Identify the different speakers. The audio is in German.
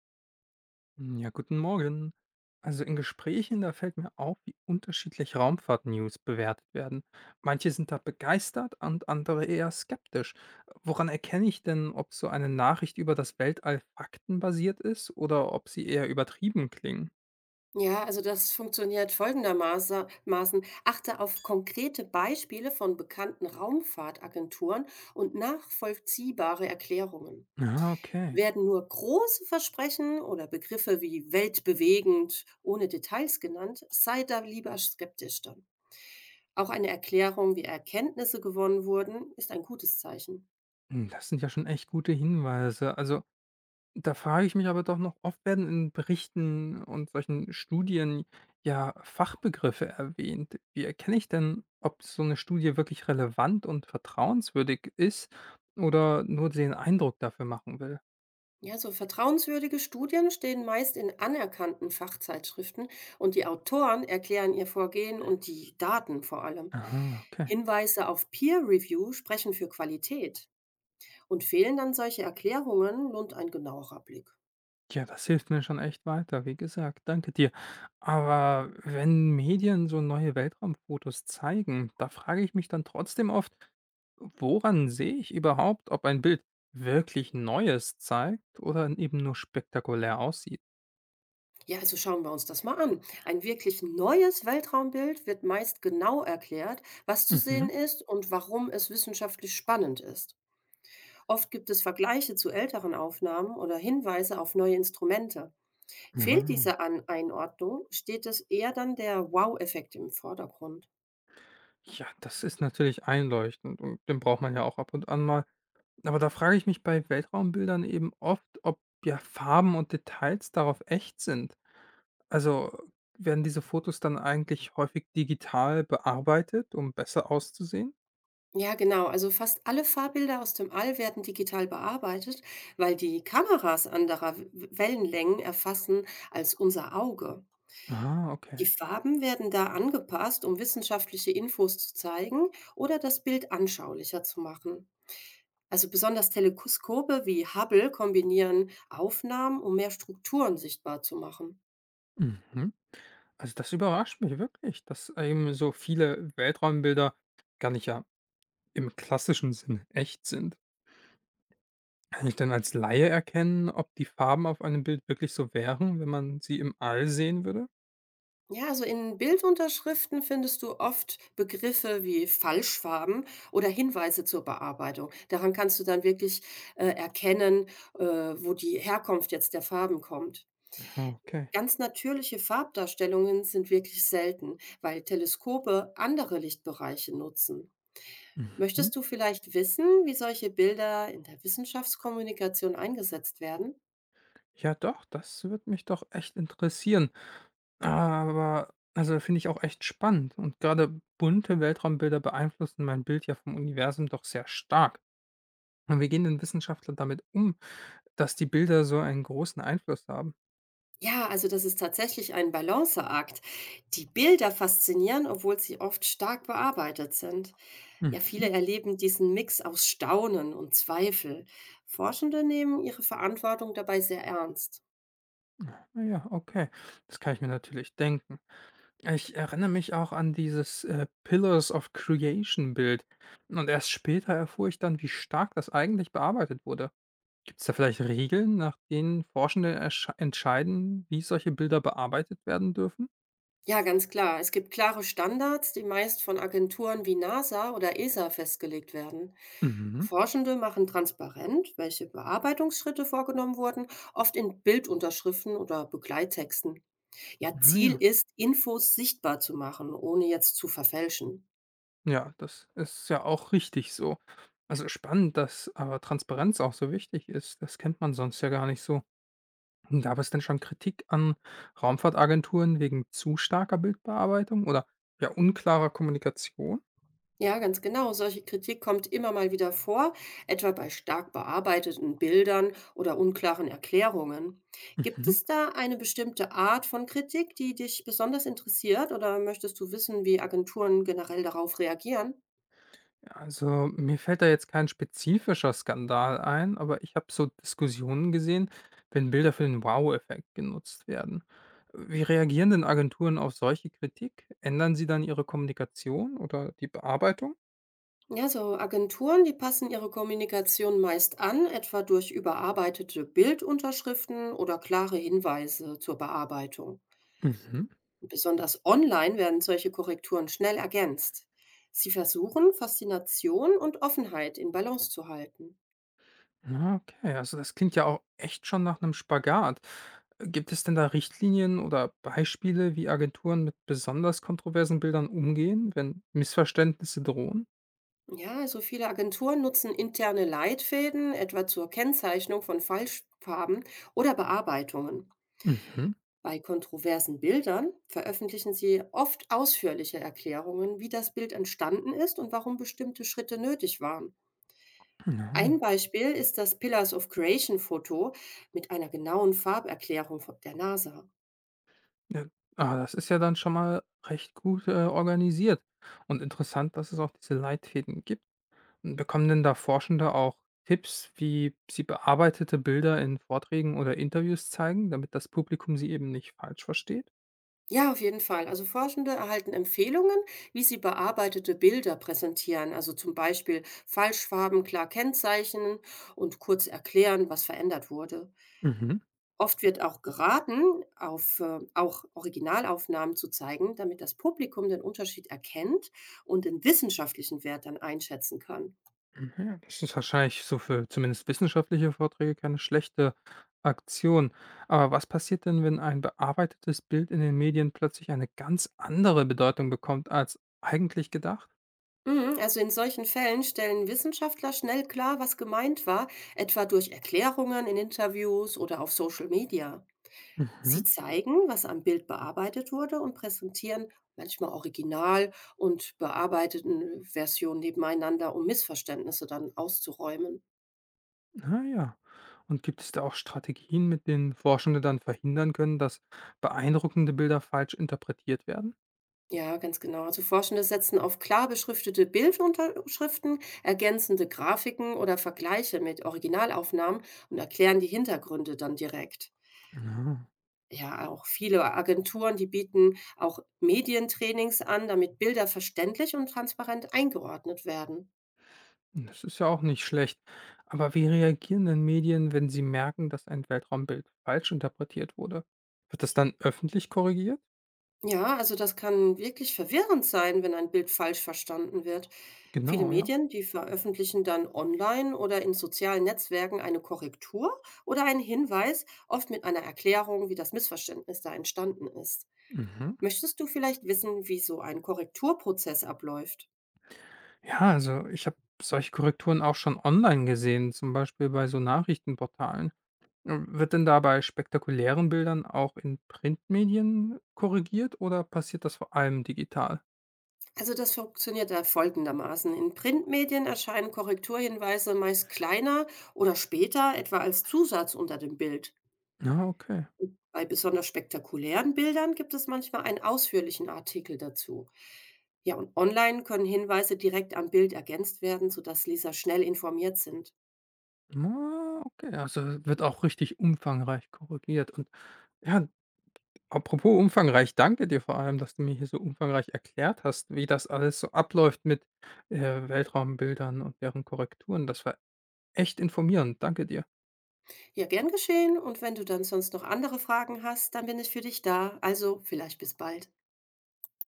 Speaker 1: Ja, guten Morgen. Also in Gesprächen, da fällt mir auf, wie unterschiedlich Raumfahrt-News bewertet werden. Manche sind da begeistert und andere eher skeptisch. Woran erkenne ich denn, ob so eine Nachricht über das Weltall faktenbasiert ist oder ob sie eher übertrieben klingen?
Speaker 2: Ja, also das funktioniert folgendermaßen. Maßen. Achte auf konkrete Beispiele von bekannten Raumfahrtagenturen und nachvollziehbare Erklärungen.
Speaker 1: Ja, okay.
Speaker 2: Werden nur große Versprechen oder Begriffe wie weltbewegend ohne Details genannt, sei da lieber skeptisch dann. Auch eine Erklärung, wie Erkenntnisse gewonnen wurden, ist ein gutes Zeichen.
Speaker 1: Das sind ja schon echt gute Hinweise. Also da frage ich mich aber doch noch, oft werden in Berichten und solchen Studien ja Fachbegriffe erwähnt. Wie erkenne ich denn, ob so eine Studie wirklich relevant und vertrauenswürdig ist oder nur den Eindruck dafür machen will?
Speaker 2: Ja, so vertrauenswürdige Studien stehen meist in anerkannten Fachzeitschriften und die Autoren erklären ihr Vorgehen und die Daten vor allem.
Speaker 1: Aha, okay.
Speaker 2: Hinweise auf Peer Review sprechen für Qualität und fehlen dann solche Erklärungen, lohnt ein genauerer Blick.
Speaker 1: Ja, das hilft mir schon echt weiter, wie gesagt, danke dir. Aber wenn Medien so neue Weltraumfotos zeigen, da frage ich mich dann trotzdem oft, woran sehe ich überhaupt, ob ein Bild wirklich Neues zeigt oder eben nur spektakulär aussieht?
Speaker 2: Ja, also schauen wir uns das mal an. Ein wirklich neues Weltraumbild wird meist genau erklärt, was zu sehen
Speaker 1: Mhm.
Speaker 2: ist und warum es wissenschaftlich spannend ist. Oft gibt es Vergleiche zu älteren Aufnahmen oder Hinweise auf neue Instrumente. Fehlt
Speaker 1: Ja.
Speaker 2: diese An Einordnung, steht es eher dann der Wow-Effekt im Vordergrund.
Speaker 1: Ja, das ist natürlich einleuchtend und den braucht man ja auch ab und an mal. Aber da frage ich mich bei Weltraumbildern eben oft, ob ja Farben und Details darauf echt sind. Also werden diese Fotos dann eigentlich häufig digital bearbeitet, um besser auszusehen?
Speaker 2: Ja, genau. Also fast alle Fahrbilder aus dem All werden digital bearbeitet, weil die Kameras anderer Wellenlängen erfassen als unser Auge.
Speaker 1: Ah, okay.
Speaker 2: Die Farben werden da angepasst, um wissenschaftliche Infos zu zeigen oder das Bild anschaulicher zu machen. Also besonders Teleskope wie Hubble kombinieren Aufnahmen, um mehr Strukturen sichtbar zu machen.
Speaker 1: Mhm. Also, das überrascht mich wirklich, dass eben so viele Weltraumbilder gar nicht ja im klassischen Sinne echt sind. Kann ich denn als Laie erkennen, ob die Farben auf einem Bild wirklich so wären, wenn man sie im All sehen würde?
Speaker 2: Ja, also in Bildunterschriften findest du oft Begriffe wie Falschfarben oder Hinweise zur Bearbeitung. Daran kannst du dann wirklich erkennen, wo die Herkunft jetzt der Farben kommt.
Speaker 1: Ah, okay.
Speaker 2: Ganz natürliche Farbdarstellungen sind wirklich selten, weil Teleskope andere Lichtbereiche nutzen.
Speaker 1: Mhm.
Speaker 2: Möchtest du vielleicht wissen, wie solche Bilder in der Wissenschaftskommunikation eingesetzt werden?
Speaker 1: Ja doch, das würde mich doch echt interessieren. Aber also, finde ich auch echt spannend und gerade bunte Weltraumbilder beeinflussen mein Bild ja vom Universum doch sehr stark. Und wie gehen denn Wissenschaftler damit um, dass die Bilder so einen großen Einfluss haben?
Speaker 2: Ja, also das ist tatsächlich ein Balanceakt. Die Bilder faszinieren, obwohl sie oft stark bearbeitet sind. Ja,
Speaker 1: Mhm.
Speaker 2: viele erleben diesen Mix aus Staunen und Zweifel. Forschende nehmen ihre Verantwortung dabei sehr ernst.
Speaker 1: Ah ja, okay. Das kann ich mir natürlich denken. Ich erinnere mich auch an dieses, „Pillars of Creation“ Bild und erst später erfuhr ich dann, wie stark das eigentlich bearbeitet wurde. Gibt es da vielleicht Regeln, nach denen Forschende ersch entscheiden, wie solche Bilder bearbeitet werden dürfen?
Speaker 2: Ja, ganz klar. Es gibt klare Standards, die meist von Agenturen wie NASA oder ESA festgelegt werden.
Speaker 1: Mhm.
Speaker 2: Forschende machen transparent, welche Bearbeitungsschritte vorgenommen wurden, oft in Bildunterschriften oder Begleittexten. Ja,
Speaker 1: Na
Speaker 2: Ziel
Speaker 1: ja.
Speaker 2: ist, Infos sichtbar zu machen, ohne jetzt zu verfälschen.
Speaker 1: Ja, das ist ja auch richtig so. Also, spannend, dass aber Transparenz auch so wichtig ist. Das kennt man sonst ja gar nicht so. Gab es denn schon Kritik an Raumfahrtagenturen wegen zu starker Bildbearbeitung oder ja unklarer Kommunikation?
Speaker 2: Ja, ganz genau. Solche Kritik kommt immer mal wieder vor, etwa bei stark bearbeiteten Bildern oder unklaren Erklärungen. Gibt
Speaker 1: Mhm.
Speaker 2: es da eine bestimmte Art von Kritik, die dich besonders interessiert, oder möchtest du wissen, wie Agenturen generell darauf reagieren?
Speaker 1: Also mir fällt da jetzt kein spezifischer Skandal ein, aber ich habe so Diskussionen gesehen, wenn Bilder für den Wow-Effekt genutzt werden. Wie reagieren denn Agenturen auf solche Kritik? Ändern sie dann ihre Kommunikation oder die Bearbeitung?
Speaker 2: Ja, so Agenturen, die passen ihre Kommunikation meist an, etwa durch überarbeitete Bildunterschriften oder klare Hinweise zur Bearbeitung.
Speaker 1: Mhm.
Speaker 2: Besonders online werden solche Korrekturen schnell ergänzt. Sie versuchen, Faszination und Offenheit in Balance zu halten.
Speaker 1: Na, okay, also das klingt ja auch echt schon nach einem Spagat. Gibt es denn da Richtlinien oder Beispiele, wie Agenturen mit besonders kontroversen Bildern umgehen, wenn Missverständnisse drohen?
Speaker 2: Ja, also viele Agenturen nutzen interne Leitfäden, etwa zur Kennzeichnung von Falschfarben oder Bearbeitungen.
Speaker 1: Mhm.
Speaker 2: Bei kontroversen Bildern veröffentlichen sie oft ausführliche Erklärungen, wie das Bild entstanden ist und warum bestimmte Schritte nötig waren.
Speaker 1: Ja.
Speaker 2: Ein Beispiel ist das Pillars of Creation Foto mit einer genauen Farberklärung von der NASA.
Speaker 1: Ja, ah, das ist ja dann schon mal recht gut, organisiert und interessant, dass es auch diese Leitfäden gibt. Und bekommen denn da Forschende auch Tipps, wie sie bearbeitete Bilder in Vorträgen oder Interviews zeigen, damit das Publikum sie eben nicht falsch versteht?
Speaker 2: Ja, auf jeden Fall. Also Forschende erhalten Empfehlungen, wie sie bearbeitete Bilder präsentieren, also zum Beispiel Falschfarben klar kennzeichnen und kurz erklären, was verändert wurde.
Speaker 1: Mhm.
Speaker 2: Oft wird auch geraten, auch Originalaufnahmen zu zeigen, damit das Publikum den Unterschied erkennt und den wissenschaftlichen Wert dann einschätzen kann.
Speaker 1: Mhm, das ist wahrscheinlich so für zumindest wissenschaftliche Vorträge keine schlechte Aktion. Aber was passiert denn, wenn ein bearbeitetes Bild in den Medien plötzlich eine ganz andere Bedeutung bekommt als eigentlich gedacht?
Speaker 2: Mhm. Also in solchen Fällen stellen Wissenschaftler schnell klar, was gemeint war, etwa durch Erklärungen in Interviews oder auf Social Media.
Speaker 1: Mhm.
Speaker 2: Sie zeigen, was am Bild bearbeitet wurde, und präsentieren manchmal Original und bearbeiteten Versionen nebeneinander, um Missverständnisse dann auszuräumen.
Speaker 1: Ah ja. Und gibt es da auch Strategien, mit denen Forschende dann verhindern können, dass beeindruckende Bilder falsch interpretiert werden?
Speaker 2: Ja, ganz genau. Also Forschende setzen auf klar beschriftete Bildunterschriften, ergänzende Grafiken oder Vergleiche mit Originalaufnahmen und erklären die Hintergründe dann direkt.
Speaker 1: Ja.
Speaker 2: Ja, auch viele Agenturen, die bieten auch Medientrainings an, damit Bilder verständlich und transparent eingeordnet werden.
Speaker 1: Das ist ja auch nicht schlecht. Aber wie reagieren denn Medien, wenn sie merken, dass ein Weltraumbild falsch interpretiert wurde? Wird das dann öffentlich korrigiert?
Speaker 2: Ja, also das kann wirklich verwirrend sein, wenn ein Bild falsch verstanden wird. Viele
Speaker 1: Genau, ja.
Speaker 2: Medien, die veröffentlichen dann online oder in sozialen Netzwerken eine Korrektur oder einen Hinweis, oft mit einer Erklärung, wie das Missverständnis da entstanden ist.
Speaker 1: Mhm.
Speaker 2: Möchtest du vielleicht wissen, wie so ein Korrekturprozess abläuft?
Speaker 1: Ja, also ich habe solche Korrekturen auch schon online gesehen, zum Beispiel bei so Nachrichtenportalen. Wird denn da bei spektakulären Bildern auch in Printmedien korrigiert oder passiert das vor allem digital?
Speaker 2: Also das funktioniert da folgendermaßen. In Printmedien erscheinen Korrekturhinweise meist kleiner oder später, etwa als Zusatz unter dem Bild.
Speaker 1: Ja, okay.
Speaker 2: Bei besonders spektakulären Bildern gibt es manchmal einen ausführlichen Artikel dazu. Ja, und online können Hinweise direkt am Bild ergänzt werden, sodass Leser schnell informiert sind.
Speaker 1: Ah, okay, also wird auch richtig umfangreich korrigiert. Und ja, apropos umfangreich, danke dir vor allem, dass du mir hier so umfangreich erklärt hast, wie das alles so abläuft mit, äh, Weltraumbildern und deren Korrekturen. Das war echt informierend. Danke dir.
Speaker 2: Ja, gern geschehen. Und wenn du dann sonst noch andere Fragen hast, dann bin ich für dich da. Also vielleicht bis bald.